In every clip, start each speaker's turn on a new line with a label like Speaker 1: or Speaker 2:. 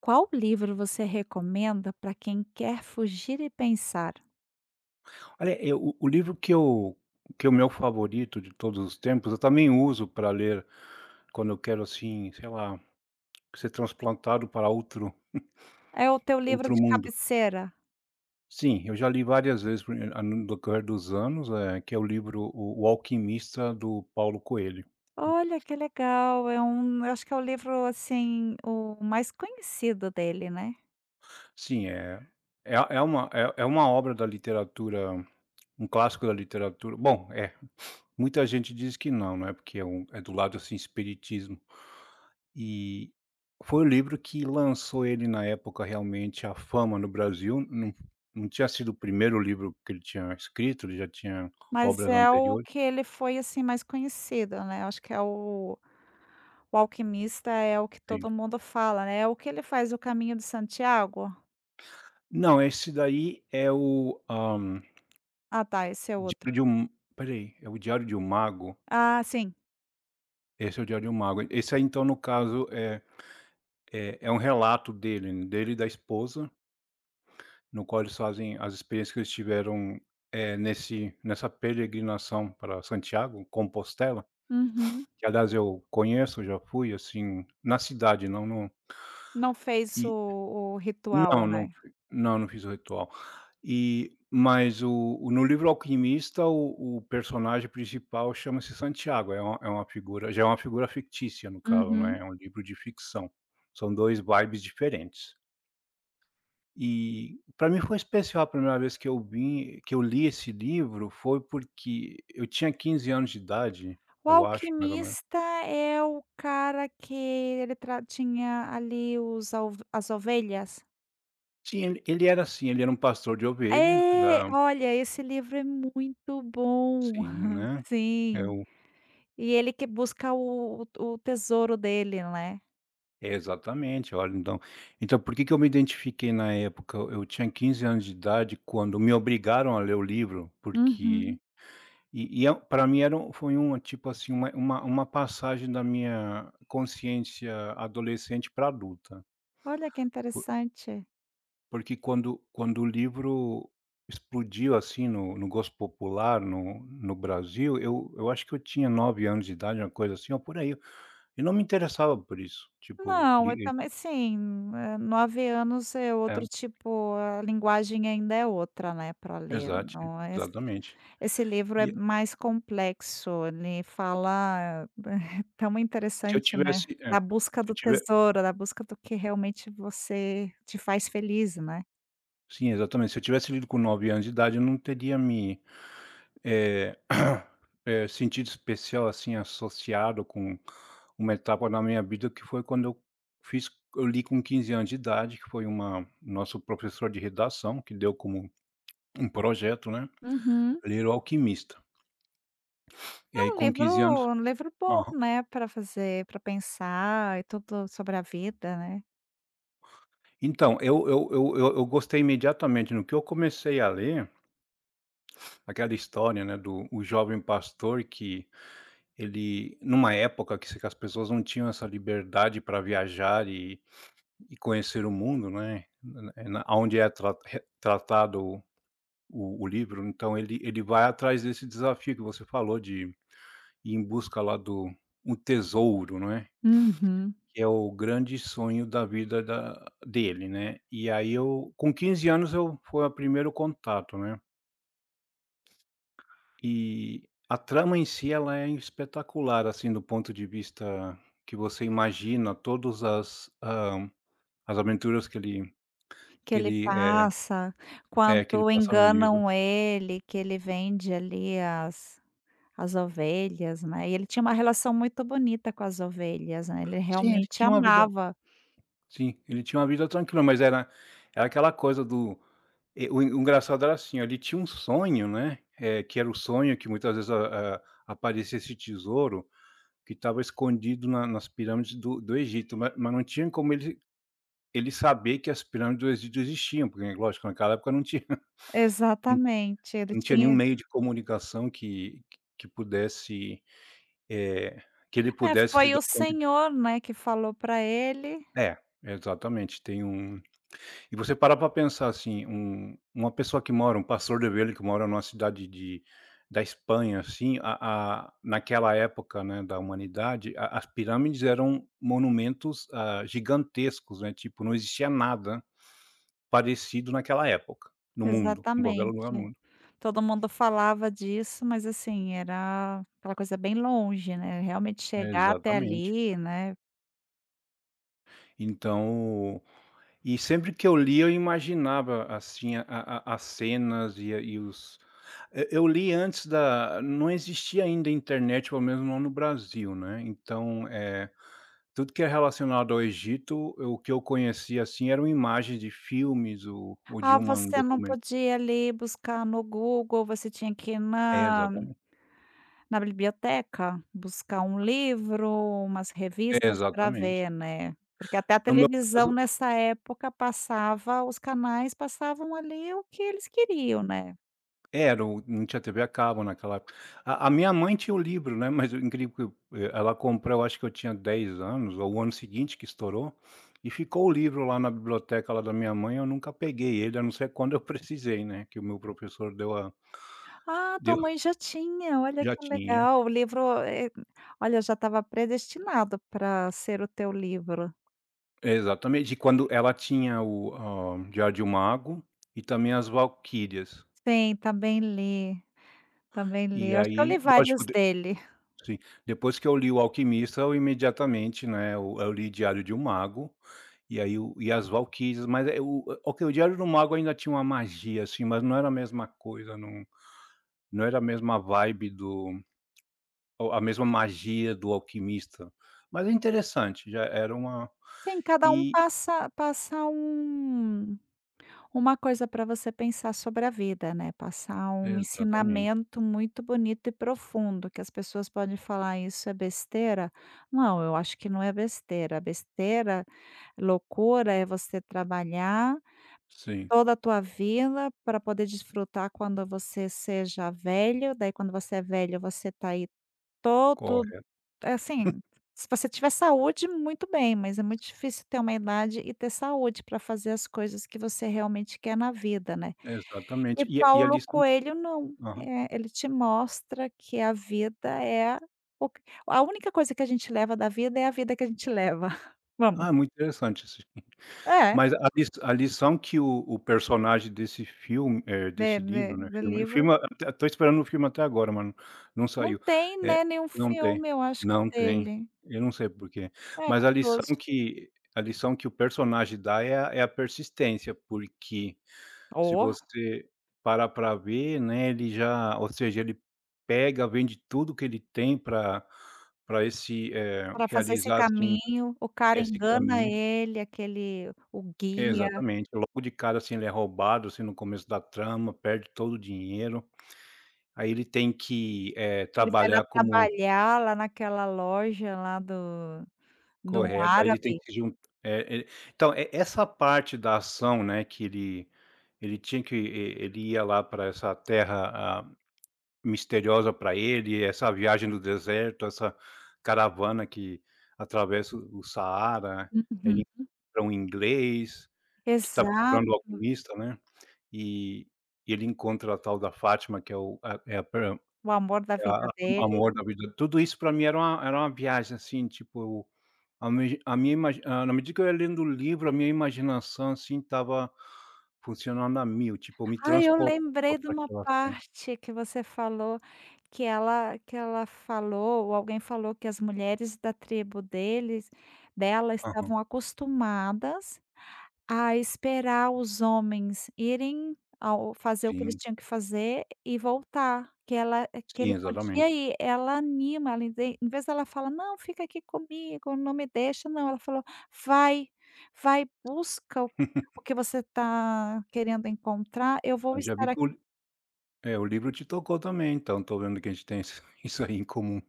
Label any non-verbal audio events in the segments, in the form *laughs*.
Speaker 1: Qual livro você recomenda para quem quer fugir e pensar?
Speaker 2: Olha, eu o livro que eu que é o meu favorito de todos os tempos, eu também uso para ler quando eu quero, assim, sei lá, ser transplantado para
Speaker 1: É o teu livro
Speaker 2: outro
Speaker 1: de
Speaker 2: mundo.
Speaker 1: cabeceira?
Speaker 2: Sim, eu já li várias vezes por a no decorrer dos anos, que é o livro O Alquimista, do Paulo Coelho.
Speaker 1: Olha que legal, é um eu acho que é o livro, assim, o mais conhecido dele, né.
Speaker 2: Sim, uma obra da literatura, um clássico da literatura. Bom, é, muita gente diz que não, né, porque é um é do lado, assim, espiritismo. E foi o livro que lançou ele, na época, realmente à fama no Brasil. Não, não tinha sido o primeiro livro que ele tinha escrito, ele já tinha
Speaker 1: Mas
Speaker 2: obras
Speaker 1: é o
Speaker 2: anteriores.
Speaker 1: que ele foi, assim, mais conhecido, né, eu acho que é o Alquimista é o que
Speaker 2: Sim.
Speaker 1: todo mundo fala, né, é o que ele faz o Caminho de Santiago?
Speaker 2: Não, esse daí é o,
Speaker 1: Ah, tá, esse é outro.
Speaker 2: Diário de um espera aí, é o Diário de um Mago?
Speaker 1: Ah, sim,
Speaker 2: Esse é o Diário de um Mago. Esse aí, então, no caso, é um relato dele, né, dele e da esposa, no qual eles fazem as experiências que eles tiveram, nesse nessa peregrinação para Santiago, Compostela.
Speaker 1: uhum.
Speaker 2: Que aliás eu conheço, já fui, assim, na cidade, não no
Speaker 1: Não fez
Speaker 2: e
Speaker 1: o
Speaker 2: não,
Speaker 1: ritual,
Speaker 2: não
Speaker 1: né.
Speaker 2: fui não, não fiz o ritual. E mas o no livro Alquimista, o personagem principal chama-se Santiago, é uma figura já é uma figura fictícia no caso, né,
Speaker 1: Uhum.
Speaker 2: é um livro de ficção. São 2 vibes diferentes. E pra mim foi especial a primeira vez que eu vim que eu li esse livro, foi porque eu tinha 15 anos de idade,
Speaker 1: O
Speaker 2: eu acho, mais ou menos.
Speaker 1: Alquimista é o cara que ele tra tinha ali os alv as ovelhas?
Speaker 2: Sim, ele era assim, ele era um pastor de ovelha,
Speaker 1: É, olha, esse livro é muito bom.
Speaker 2: sim,
Speaker 1: *laughs*
Speaker 2: né. É
Speaker 1: Sim, e ele que busca o tesouro dele, né.
Speaker 2: exatamente, olha, então, por que que eu me identifiquei na época? Eu tinha 15 anos de idade quando me obrigaram a ler o livro, porque
Speaker 1: Uhum.
Speaker 2: é mim era um foi um tipo assim, uma passagem da minha consciência adolescente para adulta.
Speaker 1: Olha que interessante.
Speaker 2: Porque quando o livro explodiu, assim, no gosto popular, no Brasil, eu acho que eu tinha 9 anos de idade, uma coisa assim, ou por aí, e não me interessava por isso, tipo,
Speaker 1: Não, eu
Speaker 2: li
Speaker 1: também sim, 9 anos é
Speaker 2: é,
Speaker 1: outro tipo, a linguagem ainda é outra, né, para ler,
Speaker 2: exato,
Speaker 1: não é.
Speaker 2: exatamente.
Speaker 1: Esse livro é
Speaker 2: E
Speaker 1: mais complexo, ele fala *laughs* tão
Speaker 2: se eu
Speaker 1: interessante, né,
Speaker 2: tivesse é,
Speaker 1: da busca
Speaker 2: se eu
Speaker 1: do
Speaker 2: tiver
Speaker 1: tesouro, da busca do que realmente você te faz feliz, né.
Speaker 2: sim, exatamente, se eu tivesse lido com 9 anos de idade, eu não teria me, eh *clears throat* sentido especial, assim, associado com uma etapa na minha vida que foi quando eu fiz, eu li com 15 anos de idade, que foi uma nosso professor de redação que deu como um projeto, né,
Speaker 1: Uhum.
Speaker 2: ler O Alquimista. E
Speaker 1: É
Speaker 2: aí com 15 anos,
Speaker 1: um livro bom,
Speaker 2: aham.
Speaker 1: né, para fazer para pensar e tudo sobre a vida, né.
Speaker 2: Então, eu gostei imediatamente. No que eu comecei a ler, aquela história, né, do o jovem pastor que ele, numa época que as pessoas não tinham essa liberdade para viajar e conhecer o mundo, né, na aonde é tra re tratado o livro, então ele vai atrás desse desafio que você falou de ir em busca lá do um tesouro, não é,
Speaker 1: Uhum.
Speaker 2: que é o grande sonho da vida da dele, né. E aí eu com 15 anos, eu foi o primeiro contato, né. E a trama em si, ela é espetacular, assim, do ponto de vista que você imagina todas as, as aventuras que ele
Speaker 1: Que
Speaker 2: que
Speaker 1: ele
Speaker 2: ele, é
Speaker 1: passa,
Speaker 2: que ele
Speaker 1: quando
Speaker 2: passa no livro.
Speaker 1: enganam ele, que ele vende ali as as ovelhas, né, e ele tinha uma relação muito bonita com as ovelhas, né, ele
Speaker 2: Sim, ele
Speaker 1: realmente
Speaker 2: tinha uma vida
Speaker 1: amava.
Speaker 2: Sim, ele tinha uma vida tranquila, mas era aquela coisa do, e o en- o engraçado era assim, ó, ele tinha um sonho, né, que era o sonho que muitas vezes a aparecia esse tesouro que estava escondido na nas pirâmides do Egito, mas não tinha como ele saber que as pirâmides do Egito existiam, porque lógico, naquela época não tinha *laughs*
Speaker 1: Exatamente, ele
Speaker 2: não tinha nenhum
Speaker 1: tinha
Speaker 2: meio de comunicação que pudesse, eh, que ele
Speaker 1: é,
Speaker 2: pudesse se
Speaker 1: foi
Speaker 2: dar
Speaker 1: o
Speaker 2: conta que
Speaker 1: Senhor, né, que falou para ele
Speaker 2: é, exatamente, tem um. E você parar para pensar, assim, uma pessoa que mora um pastor de ovelha que mora numa cidade de da Espanha, assim, a naquela época, né, da humanidade, a as pirâmides eram monumentos, ah, gigantescos, né, tipo, não existia nada parecido naquela época, no mundo, em qualquer lugar do
Speaker 1: exatamente.
Speaker 2: mundo.
Speaker 1: Todo mundo falava disso, mas assim, era aquela coisa bem longe, né, realmente chegar até
Speaker 2: Exatamente.
Speaker 1: ali, né.
Speaker 2: Então, e sempre que eu lia, eu imaginava, assim, a as cenas e os. E eu li antes da não existia ainda internet, pelo menos não no Brasil, né, então, é tudo que é relacionado ao Egito, eu o que eu conhecia, assim, eram imagens de filmes ou de
Speaker 1: Ah,
Speaker 2: uma um
Speaker 1: você não
Speaker 2: documen
Speaker 1: podia ali buscar no Google, você tinha que ir
Speaker 2: é,
Speaker 1: na
Speaker 2: exatamente.
Speaker 1: na biblioteca, buscar um livro, umas
Speaker 2: É,
Speaker 1: revistas para
Speaker 2: exatamente.
Speaker 1: ver, né. Porque até a
Speaker 2: No meu
Speaker 1: televisão
Speaker 2: caso,
Speaker 1: nessa época passava os canais passavam ali o que eles queriam, né.
Speaker 2: era o não tinha TV a cabo naquela época. A minha mãe tinha o livro, né, mas o incrível que eu, ela comprou, eu acho que eu tinha 10 anos, ou o ano seguinte que estourou, e ficou o livro lá na biblioteca lá da minha mãe, eu nunca peguei ele, a não ser quando eu *laughs* precisei, né, que o meu professor deu a
Speaker 1: "Ah, tua
Speaker 2: deu
Speaker 1: mãe já tinha, olha
Speaker 2: já
Speaker 1: que
Speaker 2: tinha.
Speaker 1: legal, o livro, olha, já estava predestinado para ser o teu livro".
Speaker 2: Exatamente, e quando ela tinha o, Diário de um Mago, e também As Valquírias.
Speaker 1: Sim, também li, também li.
Speaker 2: E
Speaker 1: Eu acho que eu
Speaker 2: aí,
Speaker 1: li
Speaker 2: lógico,
Speaker 1: vários dele.
Speaker 2: sim. Depois que eu li O Alquimista, eu imediatamente, né, eu li Diário de um Mago, e aí o e As Valquírias, mas é o, ok, o Diário do Mago ainda tinha uma magia, assim, mas não era a mesma coisa, não não era a mesma vibe do ou a mesma magia do Alquimista. Mas é interessante, já era uma
Speaker 1: Sim, cada um
Speaker 2: e
Speaker 1: passa um uma coisa para você pensar sobre a vida, né, passar um
Speaker 2: exatamente.
Speaker 1: ensinamento muito bonito e profundo, que as pessoas podem falar: "Isso é besteira?". Não, eu acho que não é besteira. Besteira, loucura é você trabalhar
Speaker 2: Sim,
Speaker 1: toda a tua vida para poder desfrutar quando você seja velho, daí quando você é velho você está aí todo
Speaker 2: correto.
Speaker 1: assim, se você tiver saúde, muito bem, mas é muito difícil ter uma idade e ter saúde para fazer as coisas que você realmente quer na vida, né.
Speaker 2: Exatamente.
Speaker 1: E
Speaker 2: E
Speaker 1: Paulo
Speaker 2: ali são,
Speaker 1: Coelho não,
Speaker 2: aham.
Speaker 1: ele te mostra que a vida é o q a única coisa que a gente leva da vida é a vida que a gente leva. *laughs* Vamos.
Speaker 2: Ah, é muito interessante esse.
Speaker 1: É,
Speaker 2: Mas a lis a lição que o personagem desse filme,
Speaker 1: de
Speaker 2: desse livro,
Speaker 1: de
Speaker 2: né,
Speaker 1: do
Speaker 2: filme, o
Speaker 1: livro.
Speaker 2: filme até tô esperando o filme até agora, mas não
Speaker 1: Não
Speaker 2: saiu.
Speaker 1: tem,
Speaker 2: É,
Speaker 1: né, nenhum
Speaker 2: não tem,
Speaker 1: filme eu acho que
Speaker 2: não tem.
Speaker 1: dele.
Speaker 2: Eu não sei por quê.
Speaker 1: É,
Speaker 2: Mas a lição
Speaker 1: curioso.
Speaker 2: que o personagem dá é a é a persistência, porque se
Speaker 1: Oh,
Speaker 2: você parar para ver, né, ele já ou seja, ele pega, vende tudo que ele tem para esse,
Speaker 1: para fazer esse
Speaker 2: realizar, assim,
Speaker 1: caminho, o cara
Speaker 2: esse
Speaker 1: engana
Speaker 2: caminho.
Speaker 1: ele, aquele o guia,
Speaker 2: Exatamente, logo de cara, assim, ele é roubado, assim, no começo da trama, perde todo o dinheiro, aí ele tem que,
Speaker 1: ele vai lá
Speaker 2: trabalhar como
Speaker 1: trabalhar lá naquela loja lá do
Speaker 2: correto, aí ele tem
Speaker 1: árabe.
Speaker 2: que se jun eh, então, e essa parte da ação, né, que ele tinha que, e ele ia lá para essa terra, ah, misteriosa para ele, essa viagem do deserto, essa caravana que atravessa o Saara, ele
Speaker 1: Uhum.
Speaker 2: encontra um inglês que está
Speaker 1: Exato.
Speaker 2: procurando o alquimista, né. E ele encontra a tal da Fátima, que é o a é a per
Speaker 1: O amor da
Speaker 2: é
Speaker 1: vida
Speaker 2: a o
Speaker 1: dele.
Speaker 2: amor da vida, tudo isso para mim era uma viagem, assim, tipo, eu- a minha imagi, na medida que eu ia lendo o livro, a minha imaginação, assim, estava funcionando a mil, tipo, eu me
Speaker 1: Ah, eu
Speaker 2: transportava
Speaker 1: lembrei de
Speaker 2: para
Speaker 1: uma
Speaker 2: aquela ação.
Speaker 1: parte que você falou, que ela falou, ou alguém falou que as mulheres da tribo deles dela
Speaker 2: Aham.
Speaker 1: estavam acostumadas a esperar os homens irem ao fazer o que eles
Speaker 2: Sim,
Speaker 1: tinham que fazer e voltar, que que
Speaker 2: sim,
Speaker 1: ele podia
Speaker 2: exatamente.
Speaker 1: ir, ela anima, ela inde- em vez dela fala: "Não, fica aqui comigo, não me deixa", não, ela falou: "Vai, vai, busca o
Speaker 2: *laughs*
Speaker 1: o que você está querendo encontrar, eu vou
Speaker 2: Eu já vi
Speaker 1: estar
Speaker 2: que
Speaker 1: aqui".
Speaker 2: o li é, o livro te tocou também, então tô vendo que a gente tem isso *laughs* isso aí em comum.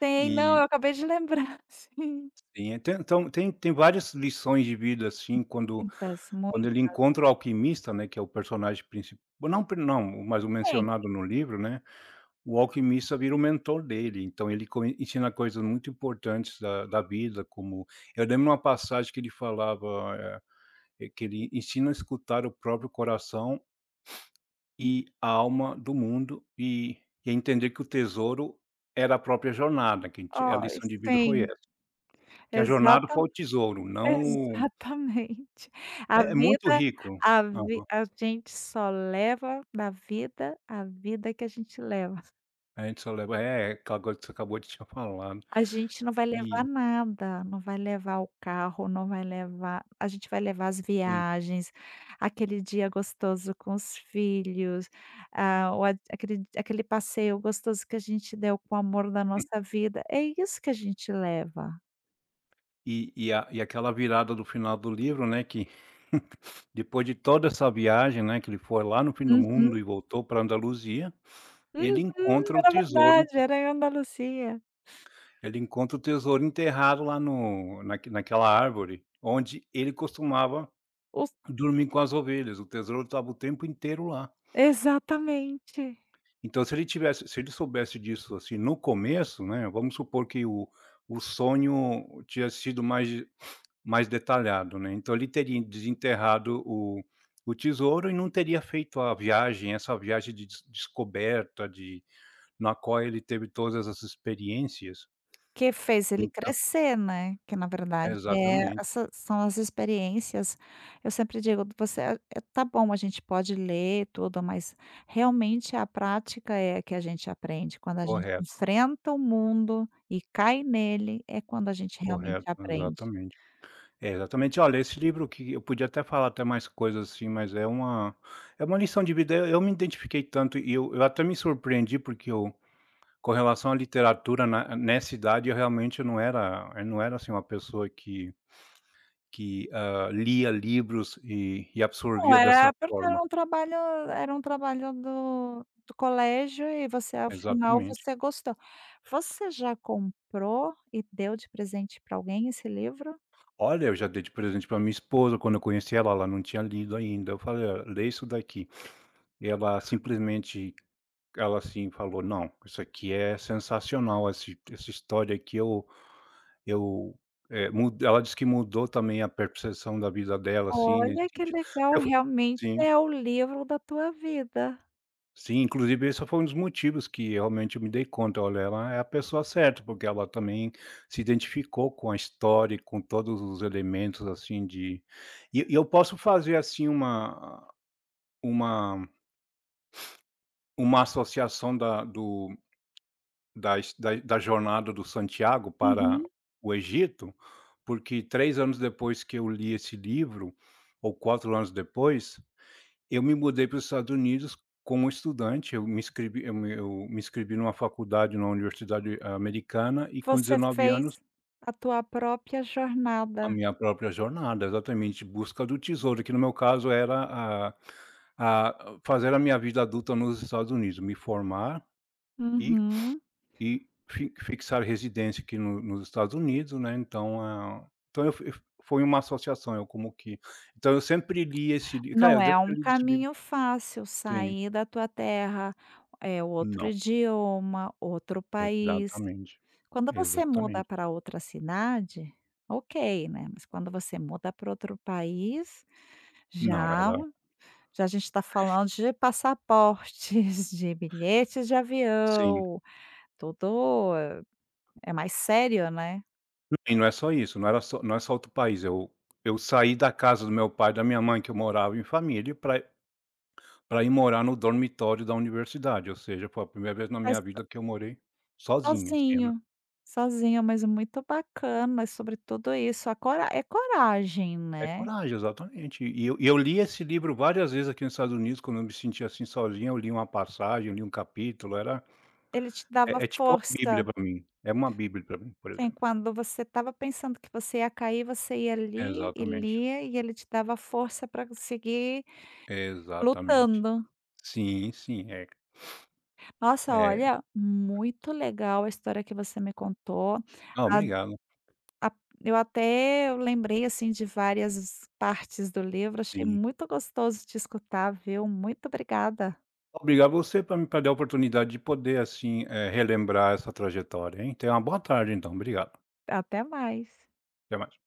Speaker 1: Tem, não,
Speaker 2: E
Speaker 1: eu acabei de lembrar, *laughs* sim.
Speaker 2: sim, é, tem, então tem várias lições de vida, assim, quando,
Speaker 1: Muitas, mui
Speaker 2: quando ele encontra o alquimista, né, que é o personagem principal, não pri não, mas o
Speaker 1: tem,
Speaker 2: mencionado no livro, né, o alquimista vira o mentor dele, então ele co ensina coisas muito importantes da vida, como eu lembro uma passagem que ele falava, que ele ensina a escutar o próprio coração e a alma do mundo e a entender que o tesouro era a própria jornada, que a gente a
Speaker 1: oh,
Speaker 2: lição de vida foi
Speaker 1: sim,
Speaker 2: essa, que a jornada
Speaker 1: exata
Speaker 2: foi o tesouro, não o
Speaker 1: exatamente. A
Speaker 2: é é muito
Speaker 1: vida
Speaker 2: rico.
Speaker 1: a gente só leva da vida a vida que a gente leva.
Speaker 2: A gente só leva é, é, aquela coisa que você acabou de tinha falado.
Speaker 1: A gente não vai levar
Speaker 2: E
Speaker 1: nada, não vai levar o carro, não vai levar a gente vai levar as
Speaker 2: sim,
Speaker 1: viagens, aquele dia gostoso com os filhos, ah, ou a aquele passeio gostoso que a gente deu com o amor da nossa vida, é isso que a gente leva.
Speaker 2: a e aquela virada do final do livro, né, que *laughs* depois de toda essa viagem, né, que ele foi lá no fim do
Speaker 1: Uhum,
Speaker 2: mundo e voltou para Andaluzia, ele
Speaker 1: uhum,
Speaker 2: encontra o
Speaker 1: era
Speaker 2: tesouro en,
Speaker 1: verdade, era em Andalucia.
Speaker 2: ele encontra o tesouro enterrado lá no naque naquela árvore onde ele costumava
Speaker 1: O
Speaker 2: dormir com as ovelhas, o tesouro estava o tempo inteiro lá.
Speaker 1: exatamente.
Speaker 2: Então, se ele tivesse se ele soubesse disso, assim, no começo, né, vamos supor que o sonho tinha sido mais, mais detalhado, né, então ele teria desenterrado o tesouro e não teria feito a viagem, essa viagem de des descoberta de na qual ele teve todas as experiências.
Speaker 1: Que fez ele
Speaker 2: Então,
Speaker 1: crescer, né, que na verdade é
Speaker 2: exatamente,
Speaker 1: essa são as experiências, eu sempre digo: "Você é tá bom, a gente pode ler tudo, mas realmente a prática é que a gente aprende, quando a gente
Speaker 2: correto,
Speaker 1: enfrenta o mundo e cai nele, é quando a gente realmente
Speaker 2: correto,
Speaker 1: aprende".
Speaker 2: exatamente. É, exatamente. Olha, esse livro que eu podia até falar até mais coisas assim, mas é uma lição de vida, eu me identifiquei tanto e eu até me surpreendi, porque eu, com relação à literatura na nessa idade, eu realmente não era, eu não era, assim, uma pessoa Que, lia livros e
Speaker 1: Não,
Speaker 2: absorvia dessa
Speaker 1: era porque
Speaker 2: forma.
Speaker 1: era um trabalho do colégio e você ao final
Speaker 2: Exatamente.
Speaker 1: você gostou. Você já comprou e deu de presente para alguém esse livro?
Speaker 2: Olha, eu já dei de presente para minha esposa, quando eu conheci ela, ela não tinha lido ainda. Eu falei: "Olha, lê isso daqui". Ela simplesmente ela, assim, falou: "Não, isso aqui é sensacional, esse essa história aqui eu" mu, ela disse que mudou também a percepção da vida dela, assim, nesse
Speaker 1: Olha que
Speaker 2: sentido.
Speaker 1: legal,
Speaker 2: Eu fa
Speaker 1: realmente
Speaker 2: sim.
Speaker 1: é o livro da tua vida.
Speaker 2: Sim, inclusive esse foi um dos motivos que realmente eu me dei conta, olha, ela é a pessoa certa, porque ela também se identificou com a história e com todos os elementos, assim, de e eu posso fazer, assim, uma uma associação da do da his da da jornada do Santiago para
Speaker 1: Uhum.
Speaker 2: o Egito, porque 3 anos depois que eu li esse livro, ou 4 anos depois, eu me mudei para os Estados Unidos como estudante, eu me inscrevi numa faculdade, numa universidade, americana, e com
Speaker 1: Você
Speaker 2: 19 anos
Speaker 1: fez a tua própria
Speaker 2: a
Speaker 1: jornada.
Speaker 2: minha própria jornada, exatamente, busca do tesouro, que no meu caso era a fazer a minha vida adulta nos Estados Unidos, me formar e
Speaker 1: Uhum.
Speaker 2: e fi fixar residência aqui no nos Estados Unidos, né, então, ah, então eu fui foi uma associação, eu como que então eu sempre li esse livro, cara,
Speaker 1: Não
Speaker 2: eu
Speaker 1: é
Speaker 2: devo ter
Speaker 1: um
Speaker 2: lido esse livro
Speaker 1: caminho fácil
Speaker 2: sim,
Speaker 1: sair da tua terra, é outro
Speaker 2: não.
Speaker 1: idioma, outro país.
Speaker 2: Exatamente,
Speaker 1: Quando você muda
Speaker 2: exatamente.
Speaker 1: para outra cidade, ok, né, mas quando você muda para outro país,
Speaker 2: Não,
Speaker 1: já
Speaker 2: era
Speaker 1: já a gente está falando de passaportes, *laughs* de bilhetes de
Speaker 2: sim.
Speaker 1: avião, tudo é mais sério, né.
Speaker 2: E não é só isso, não era só não é só outro país, eu saí da casa do meu pai e da minha mãe, que eu morava em família, para pra ir morar no dormitório da universidade, ou seja, foi a primeira vez na minha
Speaker 1: Mas
Speaker 2: vida que eu morei sozinho, assim, né.
Speaker 1: sozinho, sozinho, mas muito bacana, mas sobre tudo isso, a cora é coragem,
Speaker 2: É
Speaker 1: né.
Speaker 2: coragem, exatamente. E eu li esse livro várias vezes aqui nos Estados Unidos, quando eu me sentia, assim, sozinho, eu li uma passagem, eu li um capítulo, era
Speaker 1: Ele te dava
Speaker 2: é tipo uma bíblia
Speaker 1: força.
Speaker 2: para mim, é uma bíblia para mim, por
Speaker 1: Sim,
Speaker 2: exemplo.
Speaker 1: quando você estava pensando que você ia cair, você ia ali e
Speaker 2: Exatamente,
Speaker 1: lia e ele te dava força para seguir
Speaker 2: exatamente.
Speaker 1: lutando.
Speaker 2: Sim, sim, é
Speaker 1: Nossa,
Speaker 2: é
Speaker 1: olha, muito legal a história que você me contou.
Speaker 2: ah,
Speaker 1: A
Speaker 2: obrigado,
Speaker 1: a eu até lembrei, assim, de várias partes do livro, achei
Speaker 2: sim.
Speaker 1: muito gostoso te escutar, viu. Muito obrigada.
Speaker 2: Obrigado você para me pra dar a oportunidade de poder, assim, relembrar essa trajetória, hein. Tenha uma boa tarde então, obrigado.
Speaker 1: Até mais.
Speaker 2: Até mais.